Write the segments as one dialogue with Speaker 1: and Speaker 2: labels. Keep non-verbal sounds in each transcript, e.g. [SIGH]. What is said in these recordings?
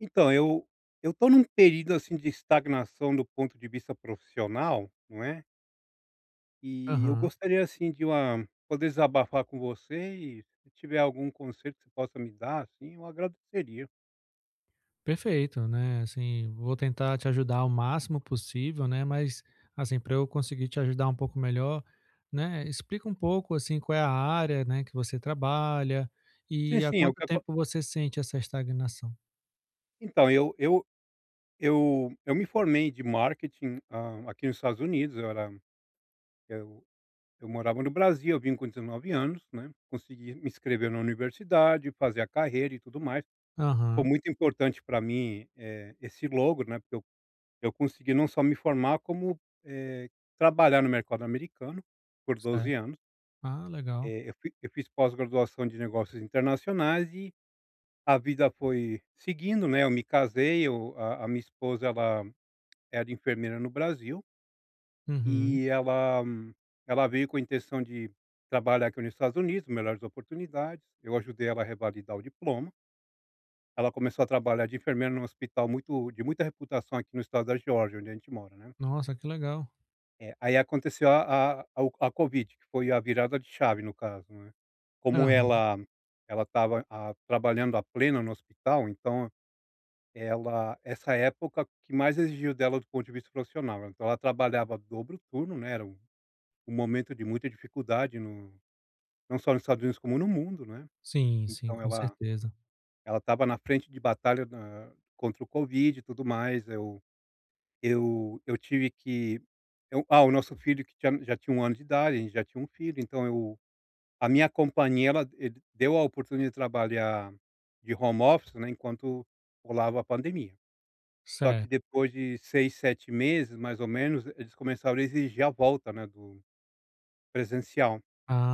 Speaker 1: Então, eu estou num período, assim, de estagnação do ponto de vista profissional, não é, e eu
Speaker 2: Aham,
Speaker 1: gostaria, assim, de uma poder desabafar com você e se tiver algum conselho que você possa me dar, assim, eu agradeceria.
Speaker 2: perfeito, né, assim, vou tentar te ajudar ao máximo possível, né, mas, assim, para eu conseguir te ajudar um pouco melhor, né, explica um pouco, assim, qual é a área, né, que você trabalha
Speaker 1: Sim,
Speaker 2: e há
Speaker 1: sim, é o
Speaker 2: quanto
Speaker 1: que acon
Speaker 2: tempo você sente essa estagnação?
Speaker 1: então, eu me formei de marketing, aqui nos Estados Unidos, eu eu morava no Brasil, eu vim com 19 anos, né, consegui me inscrever na universidade, fazer a carreira e tudo mais. Foi
Speaker 2: Aham,
Speaker 1: muito importante para mim, esse logro, né, porque eu consegui não só me formar como, trabalhar no mercado americano por
Speaker 2: certo.
Speaker 1: 12 anos.
Speaker 2: Ah, legal.
Speaker 1: Eh, eu fi eu fiz pós-graduação de negócios internacionais e a vida foi seguindo, né, eu me casei, eu a minha esposa ela era enfermeira no Brasil
Speaker 2: Uhum.
Speaker 1: e ela veio com a intenção de trabalhar aqui nos Estados Unidos, melhores oportunidades, eu ajudei ela a revalidar o diploma. Ela começou a trabalhar de enfermeira num hospital muito de muita reputação aqui no estado da Geórgia, onde a gente mora, né.
Speaker 2: Nossa, que legal.
Speaker 1: É, aí aconteceu a Covid, que foi a virada de chave no caso, né. Como
Speaker 2: Aham.
Speaker 1: ela ela estava, trabalhando a pleno no hospital, então ela essa época que mais exigiu dela do ponto de vista profissional, né. Então ela trabalhava dobro turno, né, era um momento de muita dificuldade no não só nos Estados Unidos como no mundo, né.
Speaker 2: Sim, sim,
Speaker 1: Então
Speaker 2: com
Speaker 1: ela
Speaker 2: certeza.
Speaker 1: ela estava na frente de batalha na contra o Covid e tudo mais, eu tive que o nosso filho que tinha já tinha um ano de idade, a gente já tinha um filho, então eu a minha companhia ela ele deu a oportunidade de trabalhar de home office, né, enquanto rolava a pandemia. Só que
Speaker 2: Certo.
Speaker 1: depois de 6 7 meses, mais ou menos, eles começaram a exigir a volta, né, do presencial.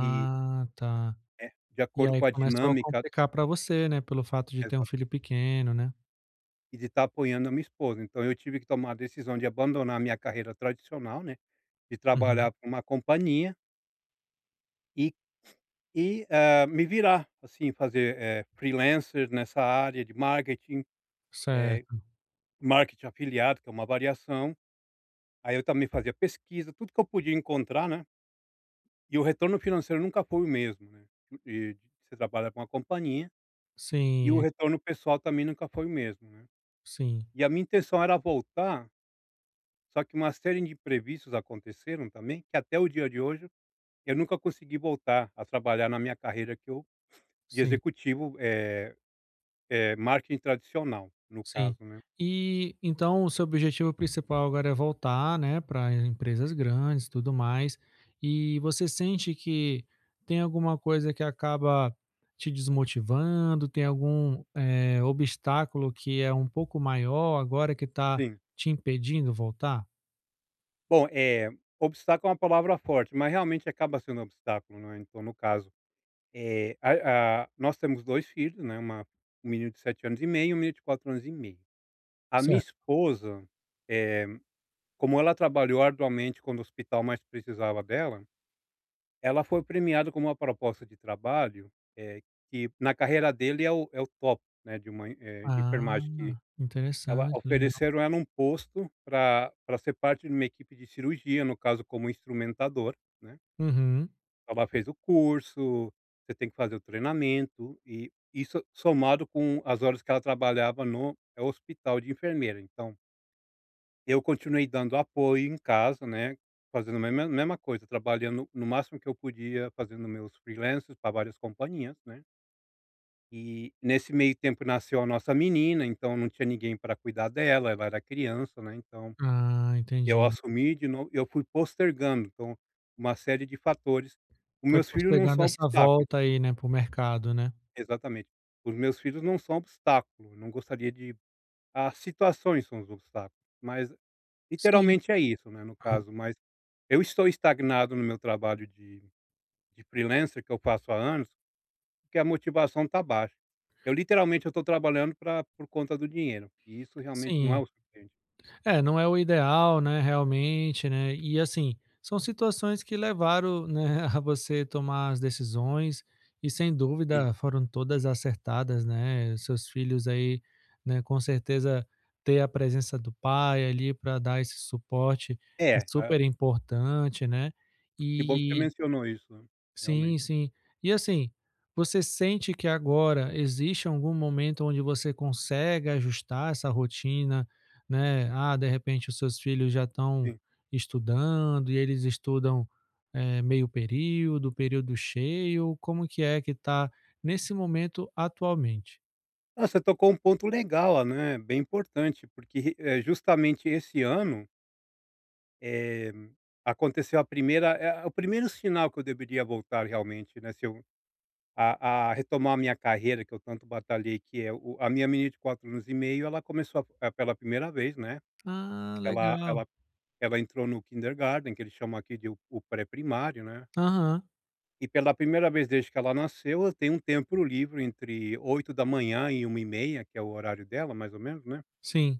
Speaker 1: E
Speaker 2: tá.
Speaker 1: é, de
Speaker 2: E
Speaker 1: acordo
Speaker 2: aí
Speaker 1: com a
Speaker 2: começou a
Speaker 1: dinâmica
Speaker 2: complicar para você, né, pelo fato de ter um
Speaker 1: exato,
Speaker 2: filho pequeno, né.
Speaker 1: e de estar apoiando a minha esposa. Então eu tive que tomar a decisão de abandonar a minha carreira tradicional, né, de
Speaker 2: Uhum,
Speaker 1: trabalhar para uma companhia e E, me virar, assim, fazer, freelancer nessa área de marketing, eh,
Speaker 2: certo.
Speaker 1: marketing afiliado, que é uma variação. Aí eu também fazia pesquisa, tudo que eu podia encontrar, né. E o retorno financeiro nunca foi o mesmo, né, e você trabalha com uma companhia e o
Speaker 2: Sim,
Speaker 1: retorno pessoal também nunca foi o mesmo, né.
Speaker 2: sim,
Speaker 1: E a minha intenção era voltar, só que uma série de imprevistos aconteceram também, que até o dia de hoje eu nunca consegui voltar a trabalhar na minha carreira que eu de
Speaker 2: sim,
Speaker 1: executivo, é, marketing tradicional, no
Speaker 2: sim.
Speaker 1: caso, né.
Speaker 2: E então o seu objetivo principal agora é voltar, né, para empresas grandes, e tudo mais. E você sente que tem alguma coisa que acaba te desmotivando? Tem algum obstáculo que é um pouco maior agora que está
Speaker 1: Sim.
Speaker 2: te impedindo voltar?
Speaker 1: Bom, obstáculo é uma palavra forte, mas realmente acaba sendo um obstáculo, né, então no caso, eh, a nós temos 2 filhos, né, uma um menino de 7 anos e meio e um menino de 4 anos e meio. A minha
Speaker 2: Certo.
Speaker 1: esposa, eh, como ela trabalhou arduamente quando o hospital mais precisava dela, ela foi premiada com uma proposta de trabalho, eh, que na carreira dele é o top, né, de uma, de enfermagem
Speaker 2: Ah,
Speaker 1: que ela
Speaker 2: interessante, legal.
Speaker 1: ofereceram ela um posto para ser parte de uma equipe de cirurgia, no caso como instrumentador, né.
Speaker 2: Uhum.
Speaker 1: Então, ela fez o curso, você tem que fazer o treinamento, e isso somado com as horas que ela trabalhava no hospital de enfermeira. Então, eu continuei dando apoio em casa, né, fazendo a mesma coisa, trabalhando no máximo que eu podia, fazendo meus freelances para várias companhias, né. E nesse meio tempo nasceu a nossa menina, então não tinha ninguém para cuidar dela, ela era criança, né, então
Speaker 2: Ah,
Speaker 1: eu
Speaker 2: entendi.
Speaker 1: assumi de novo eu fui postergando, então, uma série de fatores. Os
Speaker 2: Foi
Speaker 1: meus filhos não
Speaker 2: postergando
Speaker 1: são
Speaker 2: essa
Speaker 1: obstáculo,
Speaker 2: volta aí, né, para o mercado, né?
Speaker 1: exatamente. Os meus filhos não são obstáculo, não gostaria de as situações são os obstáculos, mas
Speaker 2: Sim.
Speaker 1: literalmente é isso, né, no caso, mas eu estou estagnado no meu trabalho de freelancer que eu faço há anos, porque a motivação está baixa. Eu literalmente eu estou trabalhando pra por conta do dinheiro, e isso realmente não é
Speaker 2: Sim.
Speaker 1: o suficiente.
Speaker 2: É, não é o ideal, né, realmente, né, e assim, são situações que levaram, né, [LAUGHS] a você tomar as decisões e sem
Speaker 1: Sim.
Speaker 2: dúvida foram todas acertadas, né, seus filhos aí, né, com certeza ter a presença do pai ali para dar esse suporte é
Speaker 1: É, ah,
Speaker 2: super importante, né,
Speaker 1: que bom que você
Speaker 2: e
Speaker 1: mencionou isso, né,
Speaker 2: Sim,
Speaker 1: realmente.
Speaker 2: sim. E assim, você sente que agora existe algum momento onde você consegue ajustar essa rotina, né? Ah, de repente os seus filhos já estão
Speaker 1: Sim.
Speaker 2: estudando e eles estudam meio período, período cheio. Como que é que tá nesse momento atualmente?
Speaker 1: Ah, você tocou um ponto legal, ah, né, bem importante, porque, justamente esse ano, eh, aconteceu a primeira o primeiro sinal que eu deveria voltar realmente, né, se eu a retomar a minha carreira que eu tanto batalhei, que é o a minha menina de 4 anos e meio, ela começou pela primeira vez, né,
Speaker 2: Ah,
Speaker 1: ela
Speaker 2: legal.
Speaker 1: ela ela entrou no kindergarten, que eles chamam aqui de o pré-primário, né,
Speaker 2: Aham,
Speaker 1: e pela primeira vez desde que ela nasceu, eu tenho um tempo livre entre oito da manhã e uma e meia, que é o horário dela mais ou menos, né.
Speaker 2: sim.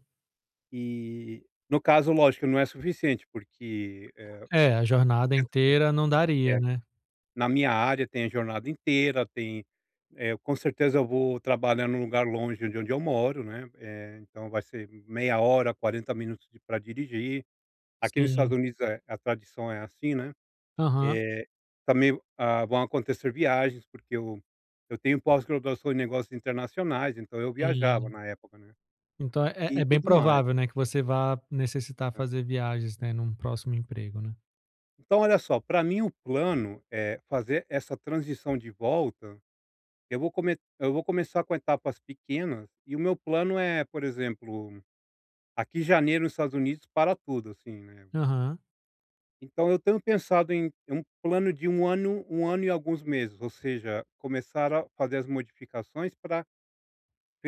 Speaker 1: E, no caso, lógico, não é suficiente, porque,
Speaker 2: É, a jornada inteira não
Speaker 1: eh,
Speaker 2: daria, né?
Speaker 1: na minha área tem a jornada inteira, tem, com certeza eu vou trabalhar num lugar longe de onde eu moro, né, então vai ser meia hora, 40 minutos para dirigir. Aqui nos
Speaker 2: Sim.
Speaker 1: Estados Unidos é a tradição é assim, né,
Speaker 2: Aham,
Speaker 1: eh, também, ah, vão acontecer viagens, porque eu tenho pós-graduação em negócios internacionais, então eu viajava
Speaker 2: sim.
Speaker 1: na época, né,
Speaker 2: Então é
Speaker 1: e
Speaker 2: é bem
Speaker 1: tudo mais.
Speaker 2: provável, né, que você vá necessitar fazer viagens, né, num próximo emprego, né.
Speaker 1: Então, olha só, para mim o plano é fazer essa transição de volta. Eu vou começar com etapas pequenas e o meu plano é, por exemplo, aqui em janeiro nos Estados Unidos para tudo, assim, né?
Speaker 2: Aham.
Speaker 1: Então eu tenho pensado em um plano de um ano e alguns meses, ou seja, começar a fazer as modificações para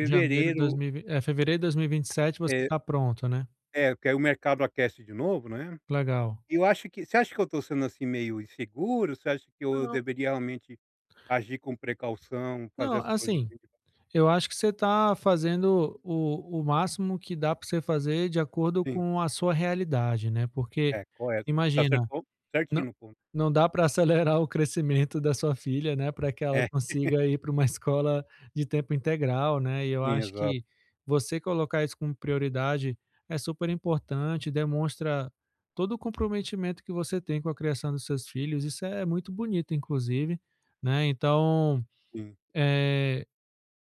Speaker 2: Janeiro de 2020 é, fevereiro de 2027 você
Speaker 1: é,
Speaker 2: tá pronto, né.
Speaker 1: é, porque aí o mercado aquece de novo, né?
Speaker 2: Legal.
Speaker 1: Eu acho que você acha que eu estou sendo, assim, meio inseguro? Você acha que eu
Speaker 2: Não,
Speaker 1: deveria realmente agir com precaução, fazer
Speaker 2: não,
Speaker 1: as coisas
Speaker 2: assim,
Speaker 1: bem
Speaker 2: eu acho que você tá fazendo o máximo que dá para você fazer de acordo
Speaker 1: devagarinho?
Speaker 2: com a sua realidade, né, porque
Speaker 1: É, correto. Você
Speaker 2: imagina.
Speaker 1: acertou
Speaker 2: Não
Speaker 1: certinho no ponto.
Speaker 2: não dá para acelerar o crescimento da sua filha, né, para que ela
Speaker 1: É,
Speaker 2: consiga ir para uma escola de tempo integral, né, e eu
Speaker 1: sim,
Speaker 2: acho
Speaker 1: exato,
Speaker 2: que você colocar isso como prioridade é super importante, demonstra todo o comprometimento que você tem com a criação dos seus filhos, isso é muito bonito inclusive, né, então,
Speaker 1: sim.
Speaker 2: eh,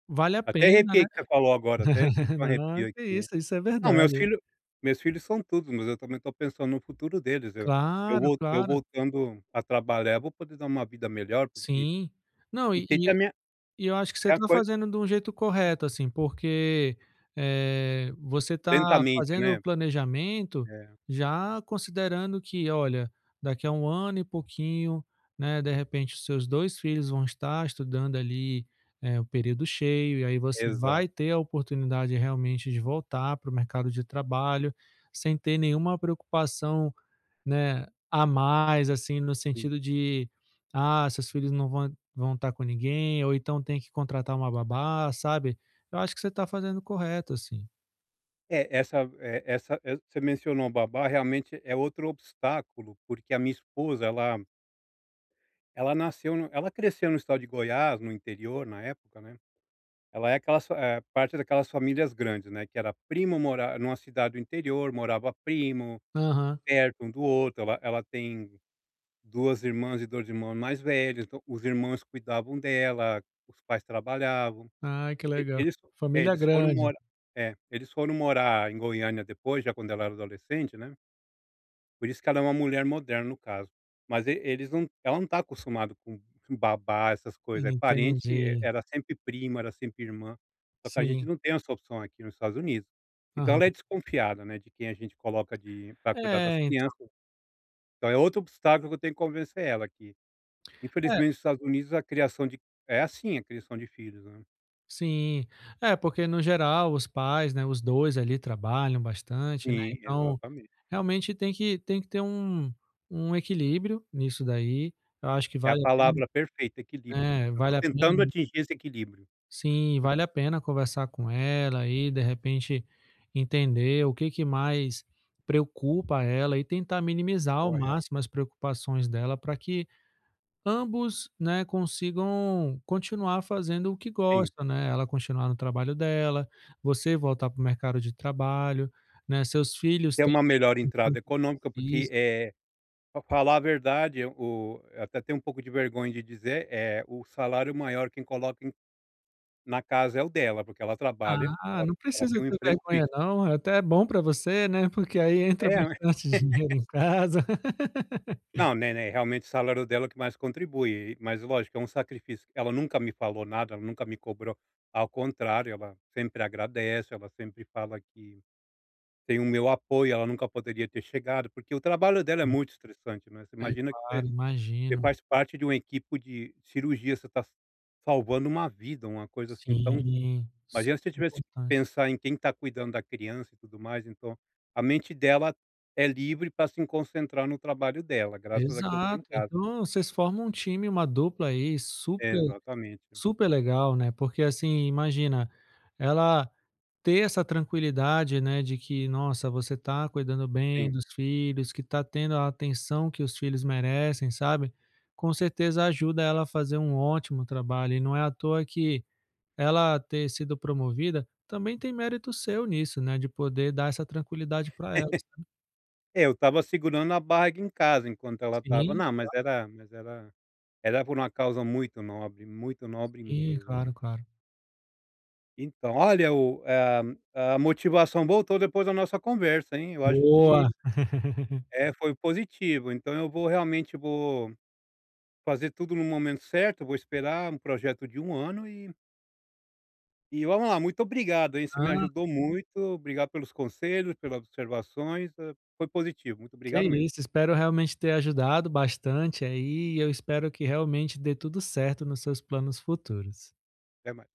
Speaker 2: vale a
Speaker 1: Até
Speaker 2: pena, né.
Speaker 1: arrepiei que você falou agora, até eu senti
Speaker 2: [LAUGHS]
Speaker 1: um
Speaker 2: Não,
Speaker 1: arrepio
Speaker 2: que
Speaker 1: aqui.
Speaker 2: isso é
Speaker 1: Não,
Speaker 2: verdade.
Speaker 1: meus filhos são tudo, mas eu também estou pensando no futuro deles. Eu eu
Speaker 2: Claro,
Speaker 1: vol eu
Speaker 2: claro.
Speaker 1: voltando a trabalhar, eu vou poder dar uma vida melhor, porque
Speaker 2: Sim. Não,
Speaker 1: e
Speaker 2: e
Speaker 1: tem
Speaker 2: e
Speaker 1: também
Speaker 2: e eu acho que você
Speaker 1: tem a
Speaker 2: está
Speaker 1: coisa
Speaker 2: fazendo de um jeito correto, assim, porque, você está
Speaker 1: lentamente,
Speaker 2: fazendo o
Speaker 1: né.
Speaker 2: planejamento
Speaker 1: É,
Speaker 2: já considerando que, olha, daqui a um ano e pouquinho, né, de repente os seus 2 filhos vão estar estudando ali, o período cheio, e aí você vai
Speaker 1: exato,
Speaker 2: ter a oportunidade realmente de voltar para o mercado de trabalho, sem ter nenhuma preocupação, né, a mais, assim, no
Speaker 1: sim.
Speaker 2: sentido de: "Ah, seus filhos não vão estar com ninguém", ou então tem que contratar uma babá, sabe. Eu acho que você está fazendo correto, assim.
Speaker 1: É, você mencionou babá, realmente é outro obstáculo, porque a minha esposa, ela nasceu no ela cresceu no estado de Goiás, no interior, na época, né. Ela é aquelas parte daquelas famílias grandes, né, que era primo mora numa cidade do interior, morava primo,
Speaker 2: Aham.
Speaker 1: perto um do outro. Ela tem 2 irmãs e 2 irmãos mais velhos, então os irmãos cuidavam dela, os pais trabalhavam.
Speaker 2: Ai, que
Speaker 1: E
Speaker 2: legal.
Speaker 1: eles é,
Speaker 2: Família
Speaker 1: eles foram
Speaker 2: grande.
Speaker 1: morar é, eles foram morar em Goiânia depois, já quando ela era adolescente, né. Por isso que ela é uma mulher moderna, no caso. Mas e eles não ela não está acostumado com [LAUGHS] babá, essas coisas. É parente,
Speaker 2: Entendi.
Speaker 1: era sempre prima, era sempre irmã. Só que a gente
Speaker 2: Sim.
Speaker 1: não tem essa opção aqui nos Estados Unidos. Então
Speaker 2: Aham.
Speaker 1: ela é desconfiada, né, de quem a gente coloca de para cuidar das
Speaker 2: É, então.
Speaker 1: crianças. Então é outro obstáculo que eu tenho que convencer ela que,
Speaker 2: É,
Speaker 1: infelizmente, nos Estados Unidos a criação de é assim a criação de filhos, né.
Speaker 2: sim. É, porque no geral os pais, né, os 2 ali trabalham bastante, né,
Speaker 1: Sim,
Speaker 2: então
Speaker 1: exatamente.
Speaker 2: realmente tem que ter um equilíbrio nisso daí. Eu acho que
Speaker 1: É a
Speaker 2: vale a pena,
Speaker 1: palavra perfeita, equilíbrio.
Speaker 2: né,
Speaker 1: Eu estou
Speaker 2: vale a pena.
Speaker 1: tentando atingir esse equilíbrio.
Speaker 2: Sim, vale a pena conversar com ela e de repente entender o que que mais preocupa ela e tentar minimizar ao, Uhum,
Speaker 1: Correto.
Speaker 2: máximo as preocupações dela para que ambos, né, consigam continuar fazendo o que
Speaker 1: Sim.
Speaker 2: gosta, né? Ela continuar no trabalho dela, você voltar para o mercado de trabalho, né? Seus filhos
Speaker 1: Ter
Speaker 2: têm
Speaker 1: uma melhor
Speaker 2: a atenção
Speaker 1: entrada
Speaker 2: que
Speaker 1: econômica, porque,
Speaker 2: precisam.
Speaker 1: é pra falar a verdade, o eu até tenho um pouco de vergonha de dizer, é o salário maior quem coloca em na casa é o dela, porque ela trabalha,
Speaker 2: Ah,
Speaker 1: ela
Speaker 2: não
Speaker 1: ela
Speaker 2: precisa
Speaker 1: tem um
Speaker 2: ter
Speaker 1: emprego
Speaker 2: vergonha
Speaker 1: fixo.
Speaker 2: não, é até bom para você, né? Porque aí entra
Speaker 1: É,
Speaker 2: bastante [LAUGHS]
Speaker 1: [LAUGHS]
Speaker 2: dinheiro em casa.
Speaker 1: não, né, né, realmente o salário dela é o que mais contribui, mas lógico, é um sacrifício. Ela nunca me falou nada, ela nunca me cobrou, ao contrário, ela sempre agradece, ela sempre fala que tem o meu apoio, ela nunca poderia ter chegado, porque o trabalho dela é muito estressante, né, você
Speaker 2: É
Speaker 1: imagina que você
Speaker 2: claro,
Speaker 1: você
Speaker 2: imagino.
Speaker 1: faz parte de uma equipe de cirurgia, você está salvando uma vida, uma coisa assim tão
Speaker 2: Sim,
Speaker 1: imagina se você
Speaker 2: super
Speaker 1: tivesse que
Speaker 2: importante.
Speaker 1: pensar em quem está cuidando da criança e tudo mais, então a mente dela é livre para se concentrar no trabalho dela, graças a que eu estou em
Speaker 2: Exato,
Speaker 1: casa.
Speaker 2: então vocês formam um time, uma dupla aí
Speaker 1: É,
Speaker 2: super
Speaker 1: exatamente,
Speaker 2: super legal, né, porque assim, imagina, ela ter essa tranquilidade, né, de que nossa, você tá cuidando bem
Speaker 1: sim.
Speaker 2: dos filhos, que tá tendo a atenção que os filhos merecem, sabe, com certeza ajuda ela a fazer um ótimo trabalho e não é à toa que ela ter sido promovida, também tem mérito seu nisso, né, de poder dar essa tranquilidade para ela, sabe.
Speaker 1: É, eu estava segurando a barra em casa enquanto ela estava
Speaker 2: Sim,
Speaker 1: não, mas era era por uma causa muito nobre
Speaker 2: sim,
Speaker 1: mesmo.
Speaker 2: claro, claro.
Speaker 1: Então, olha o, a motivação voltou depois da nossa conversa, hein, eu acho que
Speaker 2: Boa.
Speaker 1: é, foi positivo, então eu vou realmente vou fazer tudo no momento certo, vou esperar um projeto de um ano e vamos lá, muito obrigado, hein, você me
Speaker 2: Ah,
Speaker 1: ajudou muito, obrigado pelos conselhos, pelas observações, foi positivo, muito
Speaker 2: que
Speaker 1: obrigado mesmo,
Speaker 2: isso, espero realmente ter ajudado bastante aí, e eu espero que realmente dê tudo certo nos seus planos futuros.
Speaker 1: até mais.